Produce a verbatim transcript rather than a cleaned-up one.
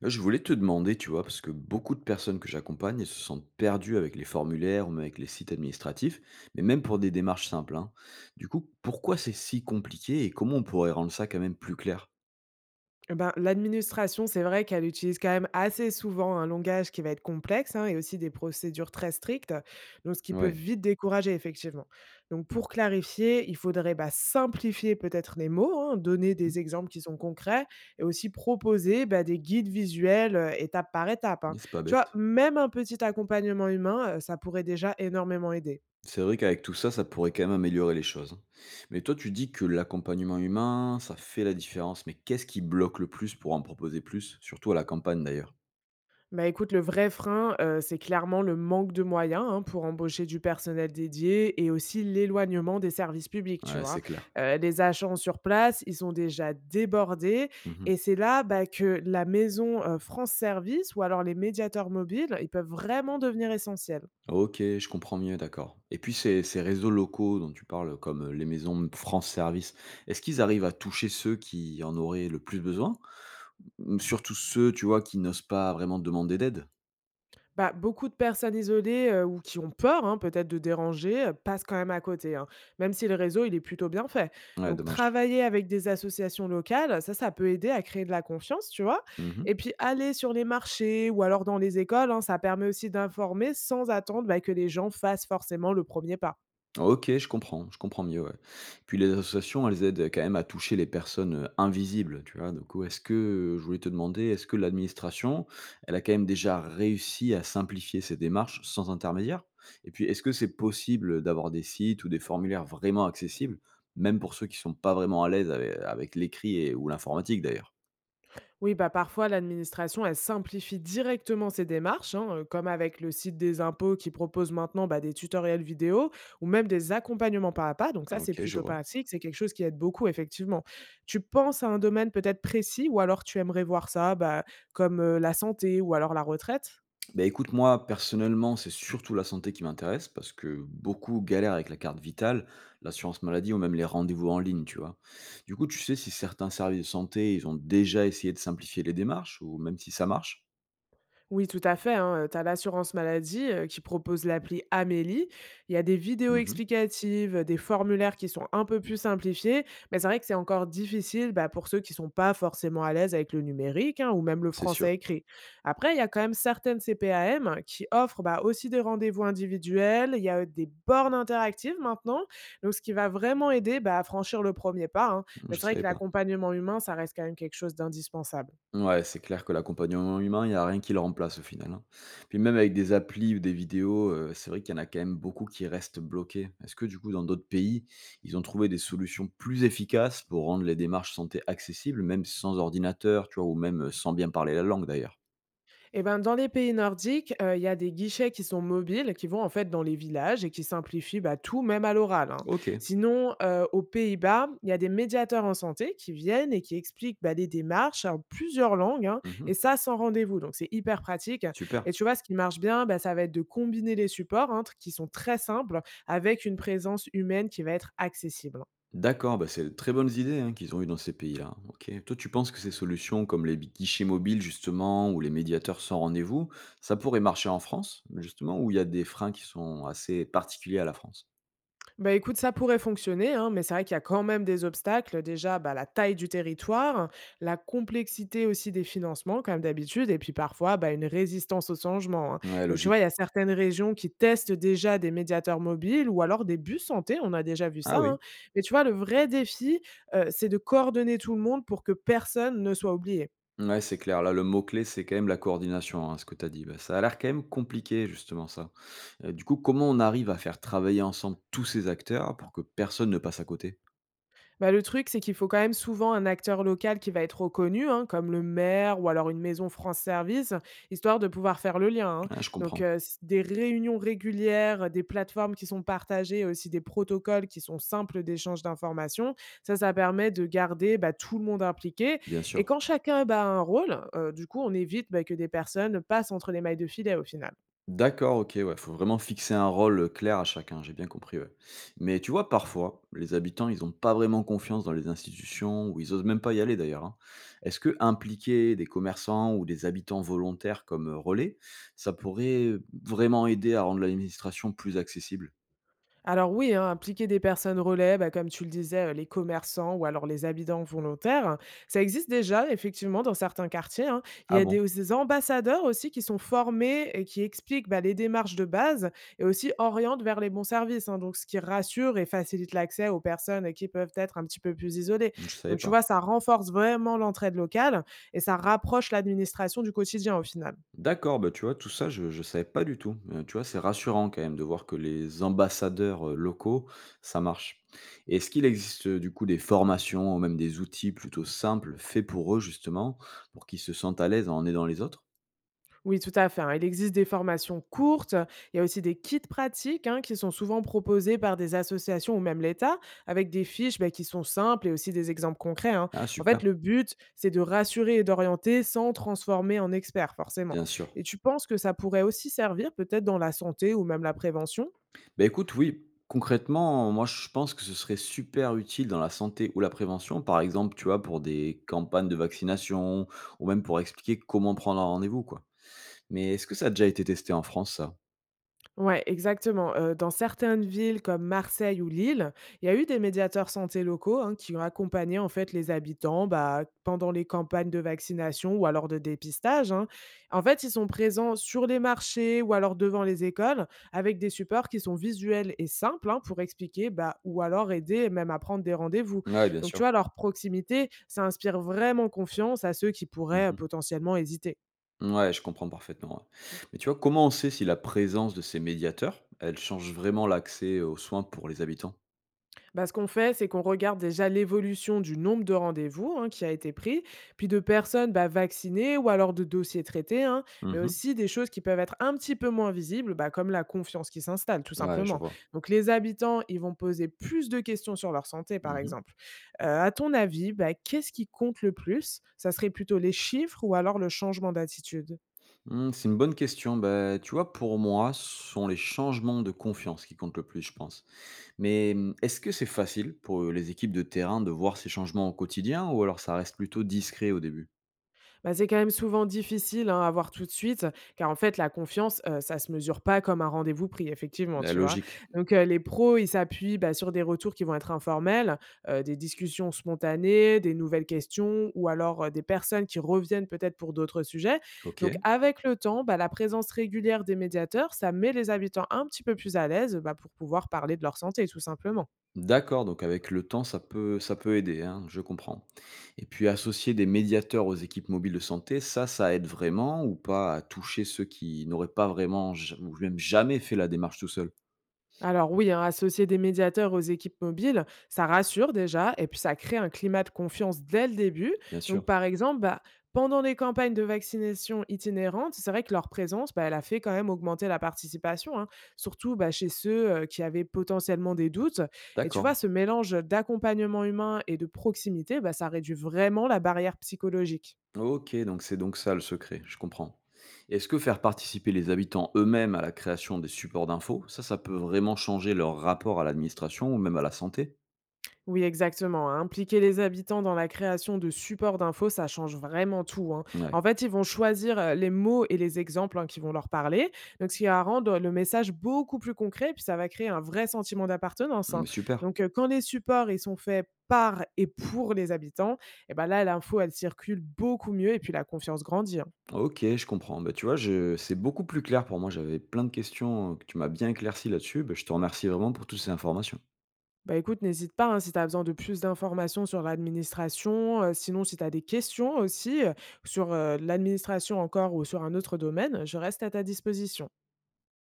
Là, je voulais te demander, tu vois, parce que beaucoup de personnes que j'accompagne elles se sentent perdues avec les formulaires ou même avec les sites administratifs, mais même pour des démarches simples, hein. Du coup, pourquoi c'est si compliqué et comment on pourrait rendre ça quand même plus clair? Eh ben, l'administration, c'est vrai qu'elle utilise quand même assez souvent un langage qui va être complexe, hein, et aussi des procédures très strictes, donc ce qui peut Ouais. vite décourager effectivement. Donc pour clarifier, il faudrait bah, simplifier peut-être les mots, hein, donner Mhm. des exemples qui sont concrets, et aussi proposer bah, des guides visuels euh, étape par étape, Mais hein. c'est pas Tu vois, bête. même un petit accompagnement humain, euh, ça pourrait déjà énormément aider. C'est vrai qu'avec tout ça, ça pourrait quand même améliorer les choses, hein. Mais toi, tu dis que l'accompagnement humain, ça fait la différence, mais qu'est-ce qui bloque le plus pour en proposer plus, surtout à la campagne d'ailleurs? Bah, écoute, le vrai frein, heu, c'est clairement le manque de moyens, hein, pour embaucher du personnel dédié et aussi l'éloignement des services publics, tu Ouais, vois? c'est clair. Heu, les agents sur place, ils sont déjà débordés, et c'est là, bah, que la maison, heu, France Service ou alors les médiateurs mobiles, ils peuvent vraiment devenir essentiels. OK, je comprends mieux, d'accord. Et puis ces ces réseaux locaux dont tu parles, comme, heu, les maisons France Service, est-ce qu'ils arrivent à toucher ceux qui en auraient le plus besoin? Mmh, surtout ceux, tu vois, qui n'osent pas vraiment demander d'aide? Bah, beaucoup de personnes isolées euh, ou qui ont peur, hein, peut-être de déranger, euh, passent quand même à côté, hein, même si le réseau il est plutôt bien fait. Ouais, Donc dommage. travailler avec des associations locales, ça, ça peut aider à créer de la confiance, tu vois. Mmh. Et puis aller sur les marchés ou alors dans les écoles, hein, ça permet aussi d'informer sans attendre bah, que les gens fassent forcément le premier pas. OK, je comprends, je comprends mieux, ouais. Puis les associations, elles aident quand même à toucher les personnes, heu, invisibles, tu vois? Donc, heu, est-ce que, heu, je voulais te demander, est-ce que l'administration, elle a quand même déjà réussi à simplifier ces démarches sans intermédiaire? Et puis, est-ce que c'est possible d'avoir des sites ou des formulaires vraiment accessibles, même pour ceux qui sont pas vraiment à l'aise ave avec l'écrit et ou l'informatique d'ailleurs? Oui, bah parfois l'administration, elle simplifie directement ses démarches, hein, euh, comme avec le site des impôts qui propose maintenant bah, des tutoriels vidéo ou même des accompagnements pas à pas. Donc ça, c'est OK, je plutôt vois. pratique, c'est quelque chose qui aide beaucoup, effectivement. Tu penses à un domaine peut-être précis, ou alors tu aimerais voir ça bah, comme euh, la santé ou alors la retraite? Bah, écoute, moi, personnellement, c'est surtout la santé qui m'intéresse parce que beaucoup galèrent avec la carte vitale, l'assurance maladie ou même les rendez-vous en ligne, tu vois. Du coup, tu sais si certains services de santé, ils ont déjà essayé de simplifier les démarches ou même si ça marche? Oui, tout à fait, hein, tu as l'assurance maladie, heu, qui propose l'appli Amélie. Il y a des vidéos Mhm. explicatives, des formulaires qui sont un peu plus simplifiés, mais c'est vrai que c'est encore difficile, bah, pour ceux qui sont pas forcément à l'aise avec le numérique, hein, ou même le C'est sûr. français écrit. Après, il y a quand même certaines C P A M qui offrent, bah, aussi des rendez-vous individuels, il y a, heu, des bornes interactives maintenant, donc ce qui va vraiment aider, bah, à franchir le premier pas, hein, Mhm, mais je c'est vrai savais que pas. l'accompagnement humain, ça reste quand même quelque chose d'indispensable. Ouais, c'est clair que l'accompagnement humain, il y a rien qui le remplace au final, hein. Puis même avec des applis ou des vidéos, heu, c'est vrai qu'il y en a quand même beaucoup qui restent bloqués. Est-ce que du coup, dans d'autres pays, ils ont trouvé des solutions plus efficaces pour rendre les démarches santé accessibles, même sans ordinateur, tu vois? Ou même, euh, sans bien parler la langue d'ailleurs? Eh ben, dans les pays nordiques, heu, il y a des guichets qui sont mobiles, qui vont en fait dans les villages et qui simplifient, bah, tout même à l'oral, hein. OK. Sinon, heu, aux Pays-Bas, il y a des médiateurs en santé qui viennent et qui expliquent, bah, les démarches en plusieurs langues, hein, Mmh. et ça sans rendez-vous, donc c'est hyper pratique. Super. Et tu vois ce qui marche bien, bah, ça va être de combiner les supports, hein, tr qui sont très simples avec une présence humaine qui va être accessible. D'accord, bah, c'est de très bonnes idées, hein, qu'ils ont eues dans ces pays-là. OK. Toi, tu penses que ces solutions comme les guichets mobiles, justement, ou les médiateurs sans rendez-vous, ça pourrait marcher en France, justement, où il y a des freins qui sont assez particuliers à la France? Bah, écoute, ça pourrait fonctionner, hein, mais c'est vrai qu'il y a quand même des obstacles. Déjà, bah, la taille du territoire, la complexité aussi des financements, comme d'habitude, et puis parfois bah, une résistance au changement, hein. Ouais, Donc, tu logique. vois, il y a certaines régions qui testent déjà des médiateurs mobiles ou alors des bus santé, on a déjà vu Ah ça, oui. hein. Mais tu vois, le vrai défi, euh, c'est de coordonner tout le monde pour que personne ne soit oublié. Ouais, c'est clair. Là, le mot-clé, c'est quand même la coordination, hein, ce que tu as dit. Bah, ça a l'air quand même compliqué, justement, ça. Euh, du coup, comment on arrive à faire travailler ensemble tous ces acteurs pour que personne ne passe à côté? Bah, le truc, c'est qu'il faut quand même souvent un acteur local qui va être reconnu, hein, comme le maire ou alors une maison France Service, histoire de pouvoir faire le lien, hein. Ah, je Donc, comprends, euh, s- des réunions régulières, des plateformes qui sont partagées, et aussi des protocoles qui sont simples d'échange d'informations, ça, ça permet de garder bah, tout le monde impliqué, bien et sûr. quand chacun, bah, a un rôle, heu, du coup, on évite, bah, que des personnes passent entre les mailles de filet, au final. D'accord, OK, ouais, faut vraiment fixer un rôle, heu, clair à chacun, j'ai bien compris, ouais. Mais tu vois, parfois, les habitants, ils ont pas vraiment confiance dans les institutions ou ils osent même pas y aller d'ailleurs, hein. Est-ce que impliquer des commerçants ou des habitants volontaires comme, heu, relais, ça pourrait vraiment aider à rendre l'administration plus accessible? Alors oui, hein, impliquer des personnes relais, bah, comme tu le disais, euh, les commerçants ou alors les habitants volontaires, hein, ça existe déjà effectivement dans certains quartiers, hein. Il y Ah a bon? des, des ambassadeurs aussi qui sont formés et qui expliquent bah, les démarches de base et aussi orientent vers les bons services, hein, donc ce qui rassure et facilite l'accès aux personnes qui peuvent être un petit peu plus isolées. Je savais Donc tu pas. vois, ça renforce vraiment l'entraide locale et ça rapproche l'administration du quotidien au final. D'accord, bah, tu vois, tout ça, je je savais pas du tout. Heu, tu vois, c'est rassurant quand même de voir que les ambassadeurs, heu, locaux, ça marche. Et est-ce qu'il existe, heu, du coup, des formations ou même des outils plutôt simples faits pour eux justement, pour qu'ils se sentent à l'aise en aidant les autres? Oui, tout à fait, hein. Il existe des formations courtes, il y a aussi des kits pratiques, hein, qui sont souvent proposés par des associations ou même l'État, avec des fiches bah, qui sont simples et aussi des exemples concrets, hein. Ah En fait, super, le but, c'est de rassurer et d'orienter sans transformer en expert, forcément. bien sûr. Et tu penses que ça pourrait aussi servir peut-être dans la santé ou même la prévention? Bah, écoute, oui, concrètement, moi je pense que ce serait super utile dans la santé ou la prévention, par exemple, tu vois, pour des campagnes de vaccination ou même pour expliquer comment prendre un rendez-vous, quoi. Mais est-ce que ça a déjà été testé en France ça? Ouais, exactement. Heu, dans certaines villes comme Marseille ou Lille, il y a eu des médiateurs santé locaux, hein, qui ont accompagné, en fait, les habitants, bah, pendant les campagnes de vaccination ou alors de dépistage, hein. En fait, ils sont présents sur les marchés ou alors devant les écoles avec des supports qui sont visuels et simples, hein, pour expliquer, bah, ou alors aider même à prendre des rendez-vous. Ouais, bien Donc tu sûr. vois, leur proximité, ça inspire vraiment confiance à ceux qui pourraient, heu, Mmh. potentiellement hésiter. Ouais, je comprends parfaitement, ouais. Mais tu vois, comment on sait si la présence de ces médiateurs, elle change vraiment l'accès aux soins pour les habitants? Bah, ce qu'on fait, c'est qu'on regarde déjà l'évolution du nombre de rendez-vous, hein, qui a été pris, puis de personnes bah, vaccinées ou alors de dossiers traités, hein, mais Mmh. aussi des choses qui peuvent être un petit peu moins visibles, bah, comme la confiance qui s'installe, tout Ouais, je simplement. vois. Donc les habitants, ils vont poser plus de questions sur leur santé, par Mmh mh. exemple. Euh, à ton avis, bah, qu'est-ce qui compte le plus? Ça serait plutôt les chiffres ou alors le changement d'attitude? Mmh, c'est une bonne question. Bah, tu vois, pour moi, ce sont les changements de confiance qui comptent le plus, je pense. Mais, mmh, est-ce que c'est facile pour, euh, les équipes de terrain de voir ces changements au quotidien ou alors ça reste plutôt discret au début? Bah, c'est quand même souvent difficile, hein, à voir tout de suite, car en fait la confiance, heu, ça se mesure pas comme un rendez-vous pris effectivement, Bah, tu vois? logique. Donc, heu, les pros, ils s'appuient, bah, sur des retours qui vont être informels, heu, des discussions spontanées, des nouvelles questions ou alors, heu, des personnes qui reviennent peut-être pour d'autres sujets. Donc OK. avec le temps, bah, la présence régulière des médiateurs, ça met les habitants un petit peu plus à l'aise, bah, pour pouvoir parler de leur santé tout simplement. D'accord, donc avec le temps, ça peut ça peut aider, hein, je comprends. Et puis associer des médiateurs aux équipes mobiles de santé, ça, ça aide vraiment ou pas à toucher ceux qui n'auraient pas vraiment j- ou même jamais fait la démarche tout seul? Alors oui, hein, associer des médiateurs aux équipes mobiles, ça rassure déjà et puis ça crée un climat de confiance dès le début. Bien sûr. Donc par exemple, bah, pendant les campagnes de vaccination itinérantes, c'est vrai que leur présence, bah, elle a fait quand même augmenter la participation, hein, surtout bah, chez ceux euh, qui avaient potentiellement des doutes. Et tu D'accord. vois, ce mélange d'accompagnement humain et de proximité, bah, ça réduit vraiment la barrière psychologique. Ok, donc c'est donc ça le secret, je comprends. Est-ce que faire participer les habitants eux-mêmes à la création des supports d'infos, ça, ça peut vraiment changer leur rapport à l'administration ou même à la santé? Oui, exactement, hein. Impliquer les habitants dans la création de supports d'infos, ça change vraiment tout, hein. Ouais, En fait, ils vont choisir euh, les mots et les exemples, hein, qui vont leur parler, donc ce qui va rendre le message beaucoup plus concret, puis ça va créer un vrai sentiment d'appartenance, mais hein. super. Donc, euh, quand les supports ils sont faits par et pour les habitants, et ben là, l'info, elle circule beaucoup mieux et puis la confiance grandit, hein. OK, je comprends. Bah, tu vois, je c'est beaucoup plus clair pour moi. J'avais plein de questions, heu, que tu m'as bien éclairci là-dessus. Bah, je te remercie vraiment pour toutes ces informations. Bah, écoute, n'hésite pas, hein, si tu as besoin de plus d'informations sur l'administration, heu, sinon si tu as des questions aussi, heu, sur, heu, l'administration encore ou sur un autre domaine, je reste à ta disposition.